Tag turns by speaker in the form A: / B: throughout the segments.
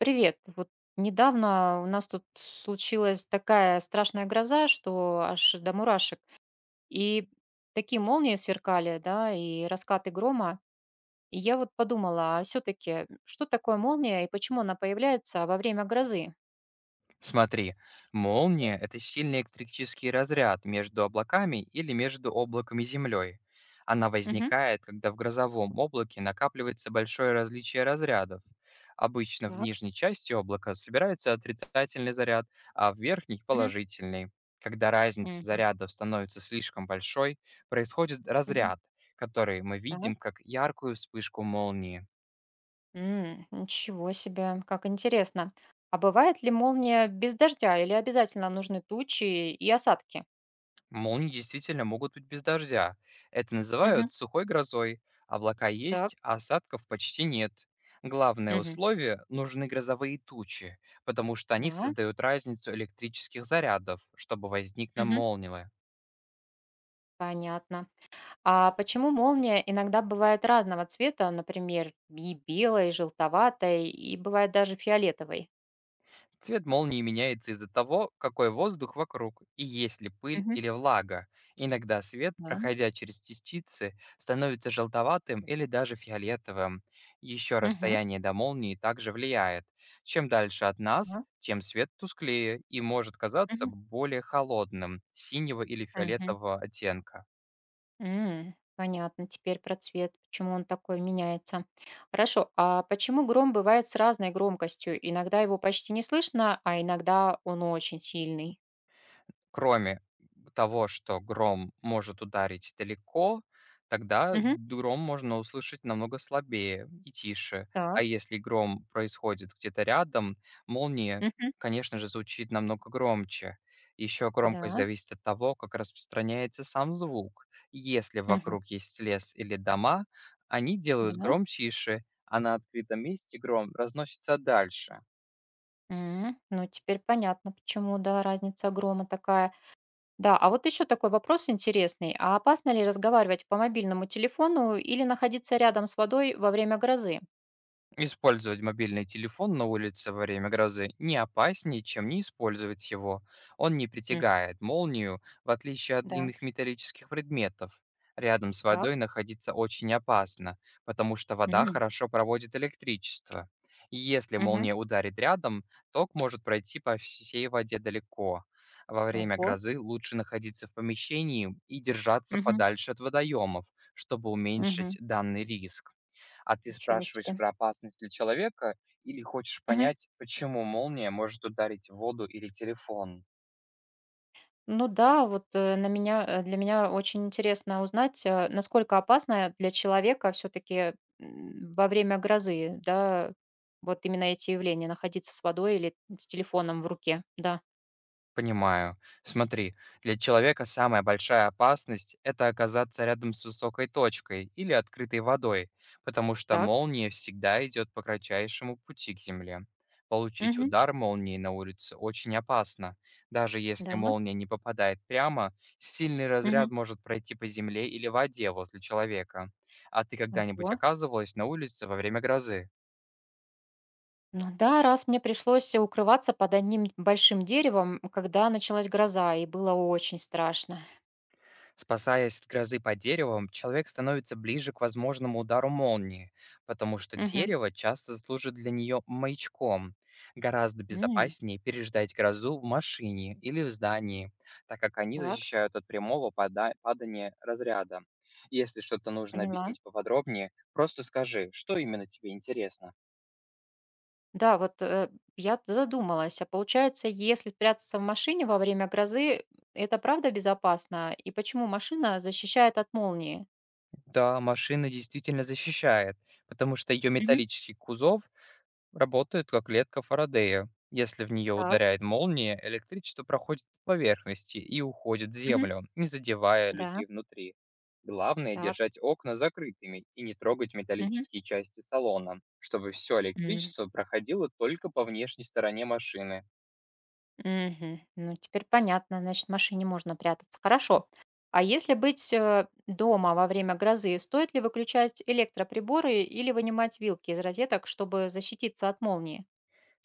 A: Привет. Вот недавно у нас тут случилась такая страшная гроза, что аж до мурашек. И такие молнии сверкали, да, и раскаты грома. И я вот подумала, а все-таки, что такое молния и почему она появляется во время грозы?
B: Смотри, молния– это сильный электрический разряд между облаками или между облаком и землей. Она
A: Мгм.
B: возникает, когда в грозовом облаке накапливается большое различие разрядов. Обычно в
A: Так.
B: нижней части облака собирается отрицательный заряд, а в верхней–
A: Мгм.
B: положительный. Когда разница
A: Мгм.
B: зарядов становится слишком большой, происходит
A: Мгм.
B: разряд, который мы
A: Так.
B: видим как яркую вспышку молнии.
A: Ничего себе, как интересно. А бывает ли молния без дождя или обязательно нужны тучи и осадки?
B: Молнии действительно могут быть без дождя. Это
A: Мгм.
B: называют сухой грозой. Облака
A: Так.
B: есть, а осадков почти нет. Главное
A: Мгм.
B: условие– нужны грозовые тучи, потому что они
A: Да.
B: создают разницу электрических зарядов, чтобы возникла
A: Мгм.
B: молния.
A: Понятно. А почему молния иногда бывает разного цвета, например, и белой, и желтоватой, и бывает даже фиолетовой?
B: Цвет молнии меняется из-за того, какой воздух вокруг и есть ли пыль
A: Мгм.
B: или влага. Иногда свет,
A: Да.
B: проходя через частицы, становится желтоватым или даже фиолетовым. Еще
A: Мгм.
B: расстояние до молнии также влияет. Чем дальше от нас,
A: Да.
B: тем свет тусклее и может казаться
A: Мгм.
B: более холодным, синего или
A: Мгм.
B: фиолетового оттенка.
A: Понятно теперь про цвет, почему он такой меняется. Хорошо, а почему гром бывает с разной громкостью? Иногда его почти не слышно, а иногда он очень сильный.
B: Кроме того, что гром может ударить далеко, тогда
A: Мгм.
B: гром можно услышать намного слабее и тише. А
A: Так.
B: если гром происходит где-то рядом, молния,
A: Мгм.
B: конечно же, звучит намного громче. Еще громкость
A: Да.
B: зависит от того, как распространяется сам звук. Если
A: Мгм.
B: вокруг есть лес или дома, они делают
A: Да.
B: гром тише, а на открытом месте гром разносится дальше.
A: Ну, теперь понятно, почему, да, разница грома такая. Да, а вот еще такой вопрос интересный. А опасно ли разговаривать по мобильному телефону или находиться рядом с водой во время грозы?
B: Использовать мобильный телефон на улице во время грозы не опаснее, чем не использовать его. Он не
A: М,
B: притягает молнию, в отличие от
A: да,
B: длинных металлических предметов. Рядом с
A: так.
B: водой находиться очень опасно, потому что вода
A: М,
B: хорошо проводит электричество. И если
A: мгм.
B: молния ударит рядом, ток может пройти по всей воде далеко. Во время
A: Ого.
B: грозы лучше находиться в помещении и держаться
A: Мгм,
B: подальше от водоемов, чтобы
A: мгм.
B: уменьшить данный риск. А ты
A: Ничего
B: спрашиваешь
A: себе.
B: про опасность для человека или хочешь
A: Мгм.
B: понять, почему молния может ударить в воду или телефон?
A: Ну да, вот для меня очень интересно узнать, насколько опасно для человека все-таки во время грозы, да, вот именно эти явления, находиться с водой или с телефоном в руке. Да,
B: Понимаю. Смотри, для человека самая большая опасность– это оказаться рядом с высокой точкой или открытой водой, потому что
A: так.
B: молния всегда идет по кратчайшему пути к Земле. Получить
A: Мгм.
B: удар молнии на улице очень опасно. Даже если
A: Да.
B: молния не попадает прямо, сильный разряд может пройти по земле или воде возле человека. А ты когда-нибудь
A: Угу.
B: оказывалась на улице во время грозы?
A: Ну да, раз мне пришлось укрываться под одним большим деревом, когда началась гроза, и было очень страшно.
B: Спасаясь от грозы под деревом, человек становится ближе к возможному удару молнии, потому что
A: Мгм.
B: дерево часто служит для нее маячком. Гораздо
A: М,
B: безопаснее переждать грозу в машине или в здании, так как они
A: так,
B: защищают от прямого падания разряда. Если что-то нужно
A: поняла.
B: объяснить поподробнее, просто скажи, что именно тебе интересно.
A: Да, вот я задумалась, а получается, если прятаться в машине во время грозы, это правда безопасно? И почему машина защищает от молнии?
B: Да, машина действительно защищает, потому что ее
A: Мгм.
B: металлический кузов работает как клетка Фарадея. Если в нее
A: Так,
B: ударяет молния, электричество проходит по поверхности и уходит в
A: мгм.
B: землю, не задевая
A: Да,
B: людей внутри. Главное–
A: так.
B: держать окна закрытыми и не трогать
A: Мгм.
B: металлические части салона, чтобы все
A: М.
B: электричество проходило только по внешней стороне машины.
A: Мгм. Ну, теперь понятно, значит, в машине можно прятаться. Хорошо. А если быть дома во время грозы, стоит ли выключать электроприборы или вынимать вилки из розеток, чтобы защититься от молнии?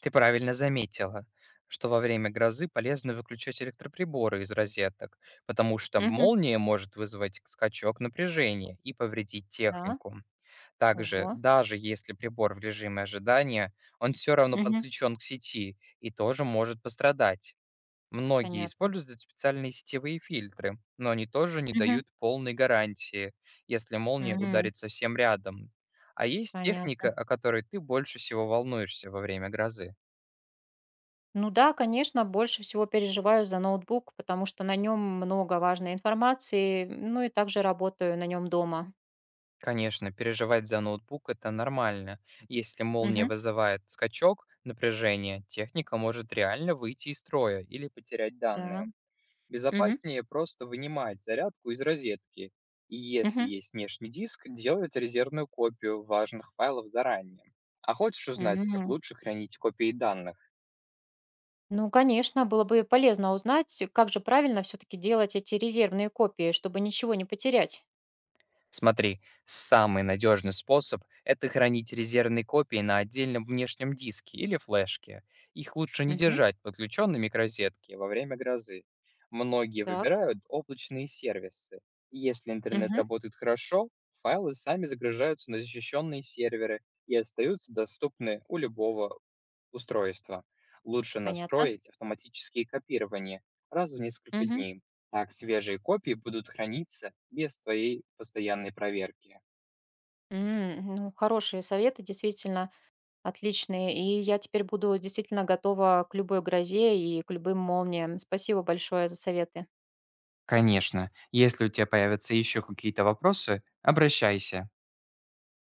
B: Ты правильно заметила, что во время грозы полезно выключать электроприборы из розеток, потому что
A: Мгм.
B: молния может вызвать скачок напряжения и повредить
A: Да.
B: технику. Также,
A: Ого.
B: даже если прибор в режиме ожидания, он все равно
A: Мгм.
B: подключен к сети и тоже может пострадать. Многие
A: Понятно.
B: используют специальные сетевые фильтры, но они тоже не
A: Мгм.
B: дают полной гарантии, если молния
A: Мгм.
B: ударит совсем рядом. А есть техника,
A: Понятно.
B: о которой ты больше всего волнуешься во время грозы?
A: Ну да, конечно, больше всего переживаю за ноутбук, потому что на нем много важной информации, ну и также работаю на нем дома.
B: Конечно, переживать за ноутбук– это нормально. Если молния
A: Мгм.
B: вызывает скачок напряжения, техника может реально выйти из строя или потерять
A: Да.
B: данные.
A: Мгм.
B: Безопаснее просто вынимать зарядку из розетки и, если
A: Мгм.
B: есть внешний диск, делать резервную копию важных файлов заранее. А хочешь узнать, как
A: Мгм.
B: лучше хранить копии данных?
A: Ну, конечно, было бы полезно узнать, как же правильно все-таки делать эти резервные копии, чтобы ничего не потерять.
B: Смотри, самый надежный способ– это хранить резервные копии на отдельном внешнем диске или флешке. Их лучше не
A: Мгм.
B: держать подключенными к розетке во время грозы. Многие
A: Так.
B: выбирают облачные сервисы. И если интернет
A: Мгм.
B: работает хорошо, файлы сами загружаются на защищенные серверы и остаются доступны у любого устройства. Лучше
A: Понятно.
B: настроить автоматические копирования раз в несколько
A: Мгм.
B: дней. Так свежие копии будут храниться без твоей постоянной проверки.
A: Ну, хорошие советы, действительно отличные. И я теперь буду действительно готова к любой грозе и к любым молниям. Спасибо большое за советы.
B: Конечно, если у тебя появятся еще какие-то вопросы, обращайся.